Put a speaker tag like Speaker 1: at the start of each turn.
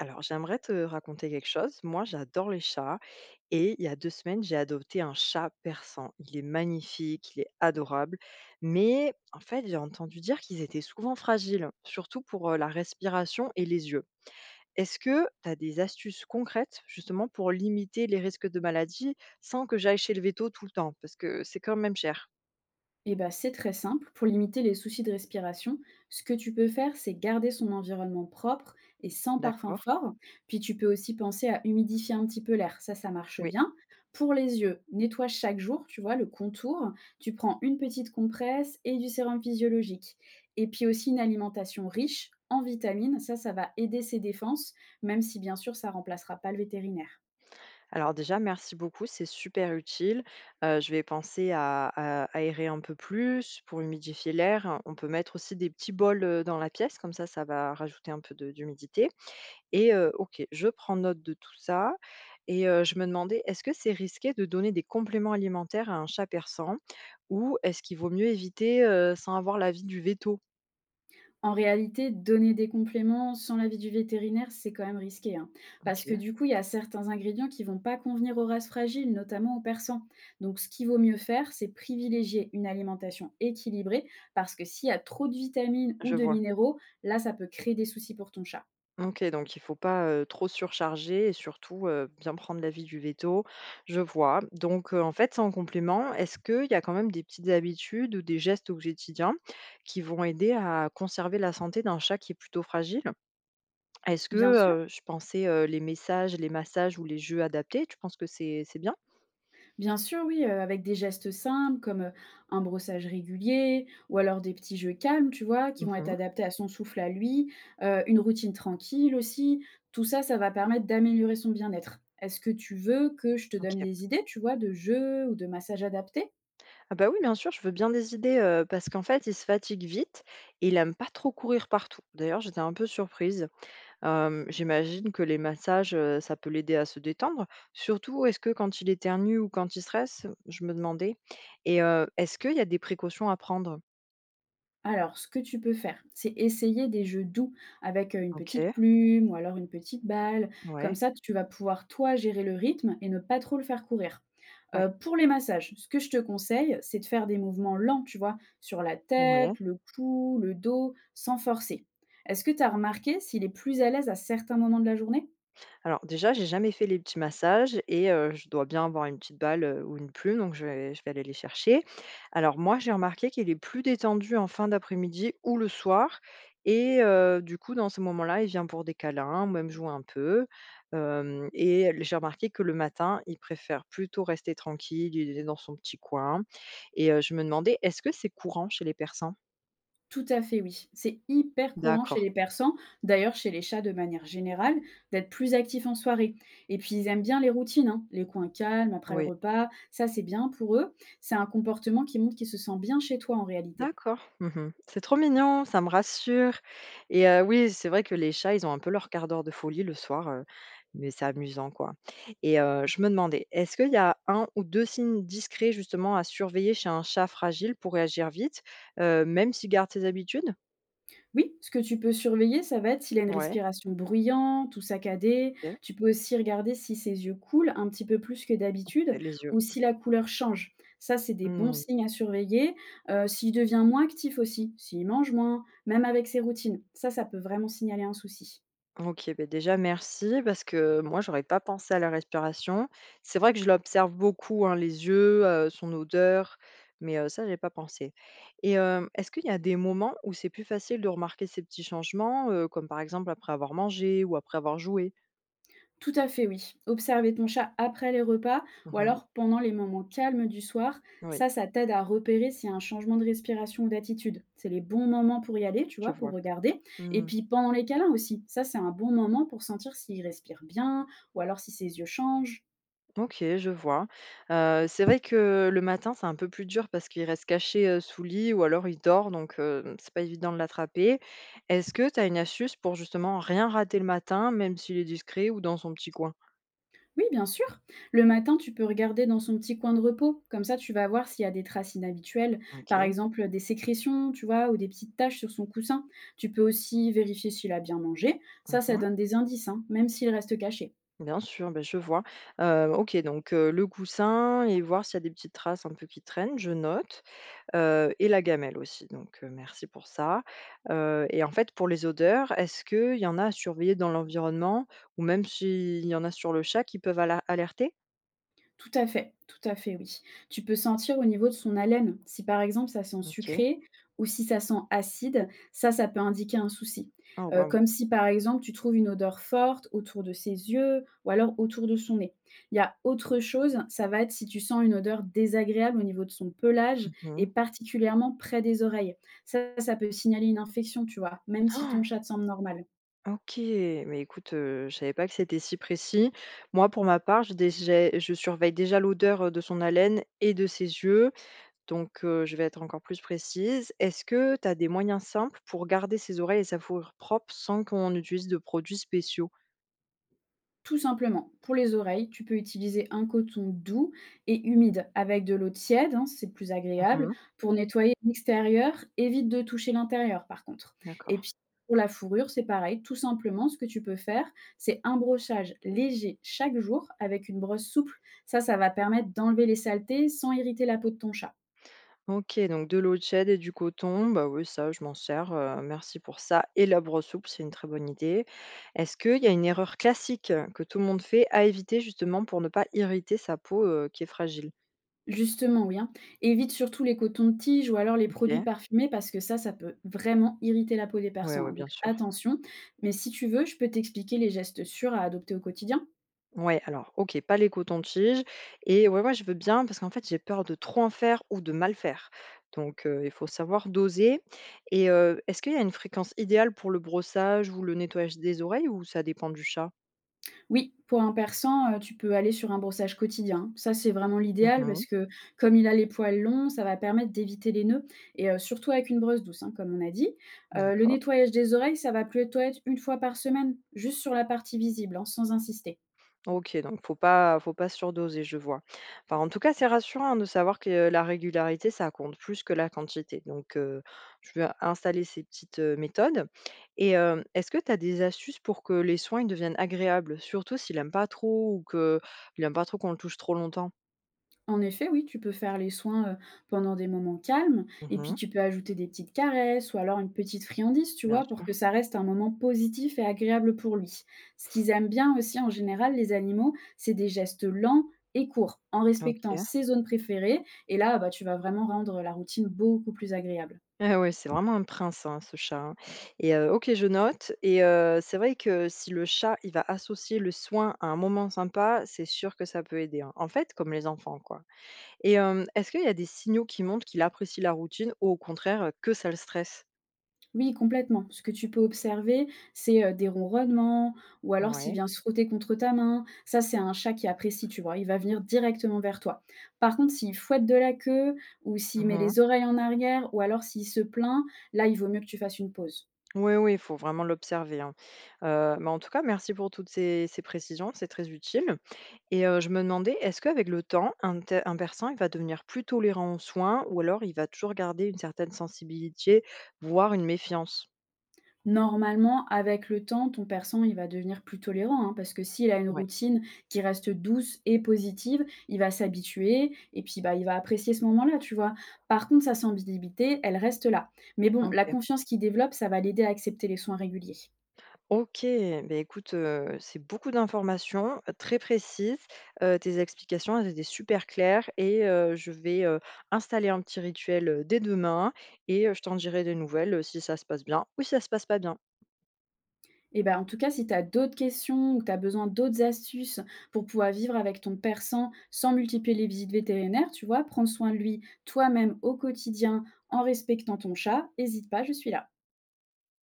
Speaker 1: Alors, j'aimerais te raconter quelque chose. Moi, j'adore les chats et il y a deux semaines, j'ai adopté un chat persan. Il est magnifique, il est adorable, mais en fait, j'ai entendu dire qu'ils étaient souvent fragiles, surtout pour la respiration et les yeux. Est-ce que tu as des astuces concrètes justement pour limiter les risques de maladie sans que j'aille chez le veto tout le temps? Parce que c'est quand même cher.
Speaker 2: Eh ben, c'est très simple. Pour limiter les soucis de respiration, ce que tu peux faire, c'est garder son environnement propre et sans parfum
Speaker 1: D'accord.
Speaker 2: fort. Puis tu peux aussi penser à humidifier un petit peu l'air. Ça marche bien. Pour les yeux, nettoie chaque jour, tu vois, le contour. Tu prends une petite compresse et du sérum physiologique. Et puis aussi une alimentation riche en vitamines. Ça va aider ses défenses, même si bien sûr, ça remplacera pas le vétérinaire.
Speaker 1: Alors déjà, merci beaucoup, c'est super utile. Je vais penser à aérer un peu plus pour humidifier l'air. On peut mettre aussi des petits bols, dans la pièce, comme ça va rajouter un peu de d'humidité et OK, je prends note de tout ça et je me demandais, est-ce que c'est risqué de donner des compléments alimentaires à un chat persan ou est-ce qu'il vaut mieux éviter, sans avoir l'avis du véto?
Speaker 2: En réalité, donner des compléments sans l'avis du vétérinaire, c'est quand même risqué, hein. Parce que
Speaker 1: OK,
Speaker 2: du coup, il y a certains ingrédients qui vont pas convenir aux races fragiles, notamment aux persans. Donc, ce qu'il vaut mieux faire, c'est privilégier une alimentation équilibrée, parce que s'il y a trop de vitamines ou
Speaker 1: je
Speaker 2: de
Speaker 1: vois.
Speaker 2: minéraux, là, ça peut créer des soucis pour ton chat.
Speaker 1: OK, donc il faut pas, trop surcharger et surtout, bien prendre l'avis du veto. Je vois. Donc, en fait, sans complément, est-ce qu'il y a quand même des petites habitudes ou des gestes au quotidien qui vont aider à conserver la santé d'un chat qui est plutôt fragile? Est-ce que,
Speaker 2: Bien sûr,
Speaker 1: je pensais, les massages ou les jeux adaptés, tu penses que c'est bien?
Speaker 2: Bien sûr, oui, avec des gestes simples comme, un brossage régulier ou alors des petits jeux calmes, tu vois? Qui vont être
Speaker 1: Mmh.
Speaker 2: adaptés à son souffle à lui, une routine tranquille aussi. Tout ça, ça va permettre d'améliorer son bien-être. Est-ce que tu veux que je te donne
Speaker 1: OK.
Speaker 2: des idées, tu vois, de jeux ou de massages adaptés?
Speaker 1: Ah bah, oui, bien sûr, je veux bien des idées, parce qu'en fait, il se fatigue vite et il aime pas trop courir partout. D'ailleurs, j'étais un peu surprise. J'imagine que les massages, ça peut l'aider à se détendre. Surtout, est-ce que quand il éternue ou quand il stresse? Je me demandais et est-ce qu'il y a des précautions à prendre?
Speaker 2: Alors, ce que tu peux faire, c'est essayer des jeux doux avec, une petite
Speaker 1: OK.
Speaker 2: plume ou alors une petite balle. Comme
Speaker 1: Ouais.
Speaker 2: ça, tu vas pouvoir, toi, gérer le rythme et ne pas trop le faire courir.
Speaker 1: Ouais.
Speaker 2: Pour les massages, ce que je te conseille, c'est de faire des mouvements lents, tu vois? Sur la
Speaker 1: Ouais.
Speaker 2: tête, le cou, le dos, sans forcer. Est-ce que tu as remarqué s'il est plus à l'aise à certains moments de la journée?
Speaker 1: Alors déjà, j'ai jamais fait les petits massages et je dois bien avoir une petite balle, ou une plume, donc je vais aller les chercher. Alors moi, j'ai remarqué qu'il est plus détendu en fin d'après-midi ou le soir et du coup, dans ces moments-là, il vient pour des câlins, ou même jouer un peu. Hem Et j'ai remarqué que le matin, il préfère plutôt rester tranquille, il est dans son petit coin et je me demandais, est-ce que c'est courant chez les Persans?
Speaker 2: Tout à fait, oui. C'est hyper courant
Speaker 1: D'accord,
Speaker 2: chez les persans, d'ailleurs chez les chats de manière générale, d'être plus actifs en soirée. Et puis ils aiment bien les routines, hein, les coins calmes après le
Speaker 1: oui.
Speaker 2: repas, ça c'est bien pour eux. C'est un comportement qui montre qu'ils se sentent bien chez toi en réalité.
Speaker 1: D'accord. Mmh. C'est trop mignon, ça me rassure et oui, c'est vrai que les chats, ils ont un peu leur quart d'heure de folie le soir, mais c'est amusant, quoi et je me demandais, est-ce qu'il y a un ou 2 signes discrets justement à surveiller chez un chat fragile pour réagir vite, même s'il garde ses habitudes?
Speaker 2: Oui, ce que tu peux surveiller, ça va être s'il a une
Speaker 1: Ouais,
Speaker 2: respiration bruyante ou saccadée.
Speaker 1: OK.
Speaker 2: Tu peux aussi regarder si ses yeux coulent un petit peu plus que d'habitude
Speaker 1: Les yeux.
Speaker 2: ou si la couleur change. Ça, c'est des bons
Speaker 1: Mmh.
Speaker 2: signes à surveiller. S'il devient moins actif aussi, s'il mange moins, même avec ses routines. Ça peut vraiment signaler un souci.
Speaker 1: OK, ben déjà merci parce que moi j'aurais pas pensé à la respiration. C'est vrai que je l'observe beaucoup, hein, les yeux, son odeur, mais ça j'ai pas pensé et est-ce qu'il y a des moments où c'est plus facile de remarquer ces petits changements, comme par exemple après avoir mangé ou après avoir joué?
Speaker 2: Tout à fait, oui. Observer ton chat après les repas ou
Speaker 1: Mmh.
Speaker 2: alors pendant les moments calmes du soir,
Speaker 1: Oui,
Speaker 2: ça t'aide à repérer s'il y a un changement de respiration ou d'attitude. C'est les bons moments pour y aller, tu
Speaker 1: je
Speaker 2: vois, pour
Speaker 1: vois.
Speaker 2: regarder. Et
Speaker 1: Mmh.
Speaker 2: puis pendant les câlins aussi, ça, c'est un bon moment pour sentir s'il respire bien ou alors si ses yeux changent.
Speaker 1: OK, je vois. C'est vrai que le matin, c'est un peu plus dur parce qu'il reste caché, sous le lit ou alors il dort donc c'est pas évident de l'attraper. Est-ce que tu as une astuce pour justement rien rater le matin, même s'il est discret ou dans son petit coin?
Speaker 2: Oui, bien sûr. Le matin, tu peux regarder dans son petit coin de repos. Comme ça, tu vas voir s'il y a des traces inhabituelles. Par
Speaker 1: OK.
Speaker 2: exemple, des sécrétions, tu vois, ou des petites taches sur son coussin. Tu peux aussi vérifier s'il a bien mangé. Ça
Speaker 1: Mmh.
Speaker 2: donne des indices, hein, même s'il reste caché.
Speaker 1: Bien sûr, beh, je vois. OK, donc le coussin et voir s'il y a des petites traces un peu qui traînent, je note, et la gamelle aussi, donc merci pour ça. Et en fait, pour les odeurs, est-ce qu'il y en a à surveiller dans l'environnement ou même s'il y en a sur le chat qui peuvent ala alerter?
Speaker 2: Tout à fait, oui. Tu peux sentir au niveau de son haleine, si par exemple ça sent
Speaker 1: OK.
Speaker 2: sucré ou si ça sent acide, ça peut indiquer un souci.
Speaker 1: Ah
Speaker 2: Heu,
Speaker 1: waouh.
Speaker 2: comme si par exemple tu trouves une odeur forte autour de ses yeux ou alors autour de son nez. Il y a autre chose, ça va être si tu sens une odeur désagréable au niveau de son pelage et
Speaker 1: Mmh.
Speaker 2: particulièrement près des oreilles. Ça peut signaler une infection, tu vois? Même si ton chat te semble normal.
Speaker 1: OK, mais écoute, je savais pas que c'était si précis. Moi, pour ma part, je dé j'ai je surveille déjà l'odeur, de son haleine et de ses yeux. Donc je vais être encore plus précise. Est-ce que tu as des moyens simples pour garder ses oreilles et sa fourrure propres sans qu'on utilise de produits spéciaux?
Speaker 2: Tout simplement. Pour les oreilles, tu peux utiliser un coton doux et humide avec de l'eau tiède, hein, c'est plus agréable.
Speaker 1: Mmh.
Speaker 2: Pour nettoyer l'extérieur, évite de toucher l'intérieur par contre.
Speaker 1: D'accord.
Speaker 2: Et puis pour la fourrure, c'est pareil. Tout simplement, ce que tu peux faire, c'est un brochage léger chaque jour avec une brosse souple. Ça va permettre d'enlever les saletés sans irriter la peau de ton chat.
Speaker 1: OK, donc de l'eau de chèvre et du coton, bah, oui, ça je m'en sers, merci pour ça et la brosse souple, c'est une très bonne idée. Est-ce qu'il y a une erreur classique que tout le monde fait à éviter justement pour ne pas irriter sa peau, qui est fragile?
Speaker 2: Justement, oui, hein. Évite surtout les cotons de tige ou alors les
Speaker 1: OK.
Speaker 2: produits
Speaker 1: Oui.
Speaker 2: parfumés parce que ça peut vraiment irriter la peau des
Speaker 1: Ouais,
Speaker 2: persans,
Speaker 1: ouais,
Speaker 2: hein, donc
Speaker 1: bien sûr.
Speaker 2: attention. Mais si tu veux, je peux t'expliquer les gestes sûrs à adopter au quotidien.
Speaker 1: Ouais, alors, OK, pas les cotons-tiges et ouais, ouais, je veux bien parce qu'en fait, j'ai peur de trop en faire ou de mal faire. Donc il faut savoir doser et est-ce qu'il y a une fréquence idéale pour le brossage ou le nettoyage des oreilles ou ça dépend du chat?
Speaker 2: Oui, pour un persan, tu peux aller sur un brossage quotidien, hein. Ça, c'est vraiment l'idéal
Speaker 1: Mmh.
Speaker 2: parce que comme il a les poils longs, ça va permettre d'éviter les nœuds et surtout avec une brosse douce, hein, comme on a dit. Le
Speaker 1: D'accord.
Speaker 2: nettoyage des oreilles, ça va plutôt être une fois par semaine, juste sur la partie visible, hein, sans insister.
Speaker 1: OK, donc faut pas surdoser, je vois. Enfin, en tout cas, c'est rassurant hein, de savoir que, la régularité, ça compte plus que la quantité. Donc, je vais installer ces petites, méthodes et est-ce que tu as des astuces pour que les soins, ils deviennent agréables? Surtout s'il aime pas trop ou que il aime pas trop qu'on le touche trop longtemps?
Speaker 2: En effet, oui, tu peux faire les soins, pendant des moments calmes et puis
Speaker 1: Mmh.
Speaker 2: tu peux ajouter des petites caresses ou alors une petite friandise, tu
Speaker 1: Bien
Speaker 2: vois? Pour
Speaker 1: sûr.
Speaker 2: que ça reste un moment positif et agréable pour lui. Ce qu'ils aiment bien aussi en général, les animaux, c'est des gestes lents et courts, en respectant
Speaker 1: OK.
Speaker 2: ses zones préférées et là, bah, tu vas vraiment rendre la routine beaucoup plus agréable.
Speaker 1: Ah ouais, c'est vraiment un prince, hein, ce chat, hein. Et OK, je note et c'est vrai que si le chat, il va associer le soin à un moment sympa, c'est sûr que ça peut aider, hein. En fait, comme les enfants, quoi. Et est-ce qu'il y a des signaux qui montrent qu'il apprécie la routine ou au contraire, que ça le stresse?
Speaker 2: Oui, complètement. Ce que tu peux observer, c'est, des ronronnements ou alors s'il
Speaker 1: Ouais.
Speaker 2: vient se frotter contre ta main. Ça, c'est un chat qui apprécie, tu vois? Il va venir directement vers toi. Par contre, s'il fouette de la queue ou s'il met
Speaker 1: Mmh.
Speaker 2: les oreilles en arrière ou alors s'il se plaint, là, il vaut mieux que tu fasses une pause.
Speaker 1: Oui, oui, il faut vraiment l'observer, hein. Mais en tout cas, merci pour toutes ces précisions, c'est très utile. Et je me demandais, est-ce qu'avec le temps, un persan, il va devenir plus tolérant aux soins ou alors il va toujours garder une certaine sensibilité, voire une méfiance?
Speaker 2: Normalement, avec le temps, ton persan, il va devenir plus tolérant, hein, parce que s'il a une
Speaker 1: Ouais,
Speaker 2: routine qui reste douce et positive, il va s'habituer et puis, bah, il va apprécier ce moment-là, tu vois? Par contre, sa sensibilité, elle reste là. Mais bon, la
Speaker 1: OK.
Speaker 2: confiance qu'il développe, ça va l'aider à accepter les soins réguliers.
Speaker 1: OK, beh, écoute, c'est beaucoup d'informations, très précises. Tes explications, elles étaient super claires et je vais, installer un petit rituel, dès demain et je t'en dirai des nouvelles, si ça se passe bien ou si ça se passe pas bien.
Speaker 2: Et ben en tout cas, si tu as d'autres questions ou que tu as besoin d'autres astuces pour pouvoir vivre avec ton persan sans multiplier les visites vétérinaires, tu vois? Prendre soin de lui toi-même au quotidien en respectant ton chat, hésite pas, je suis là.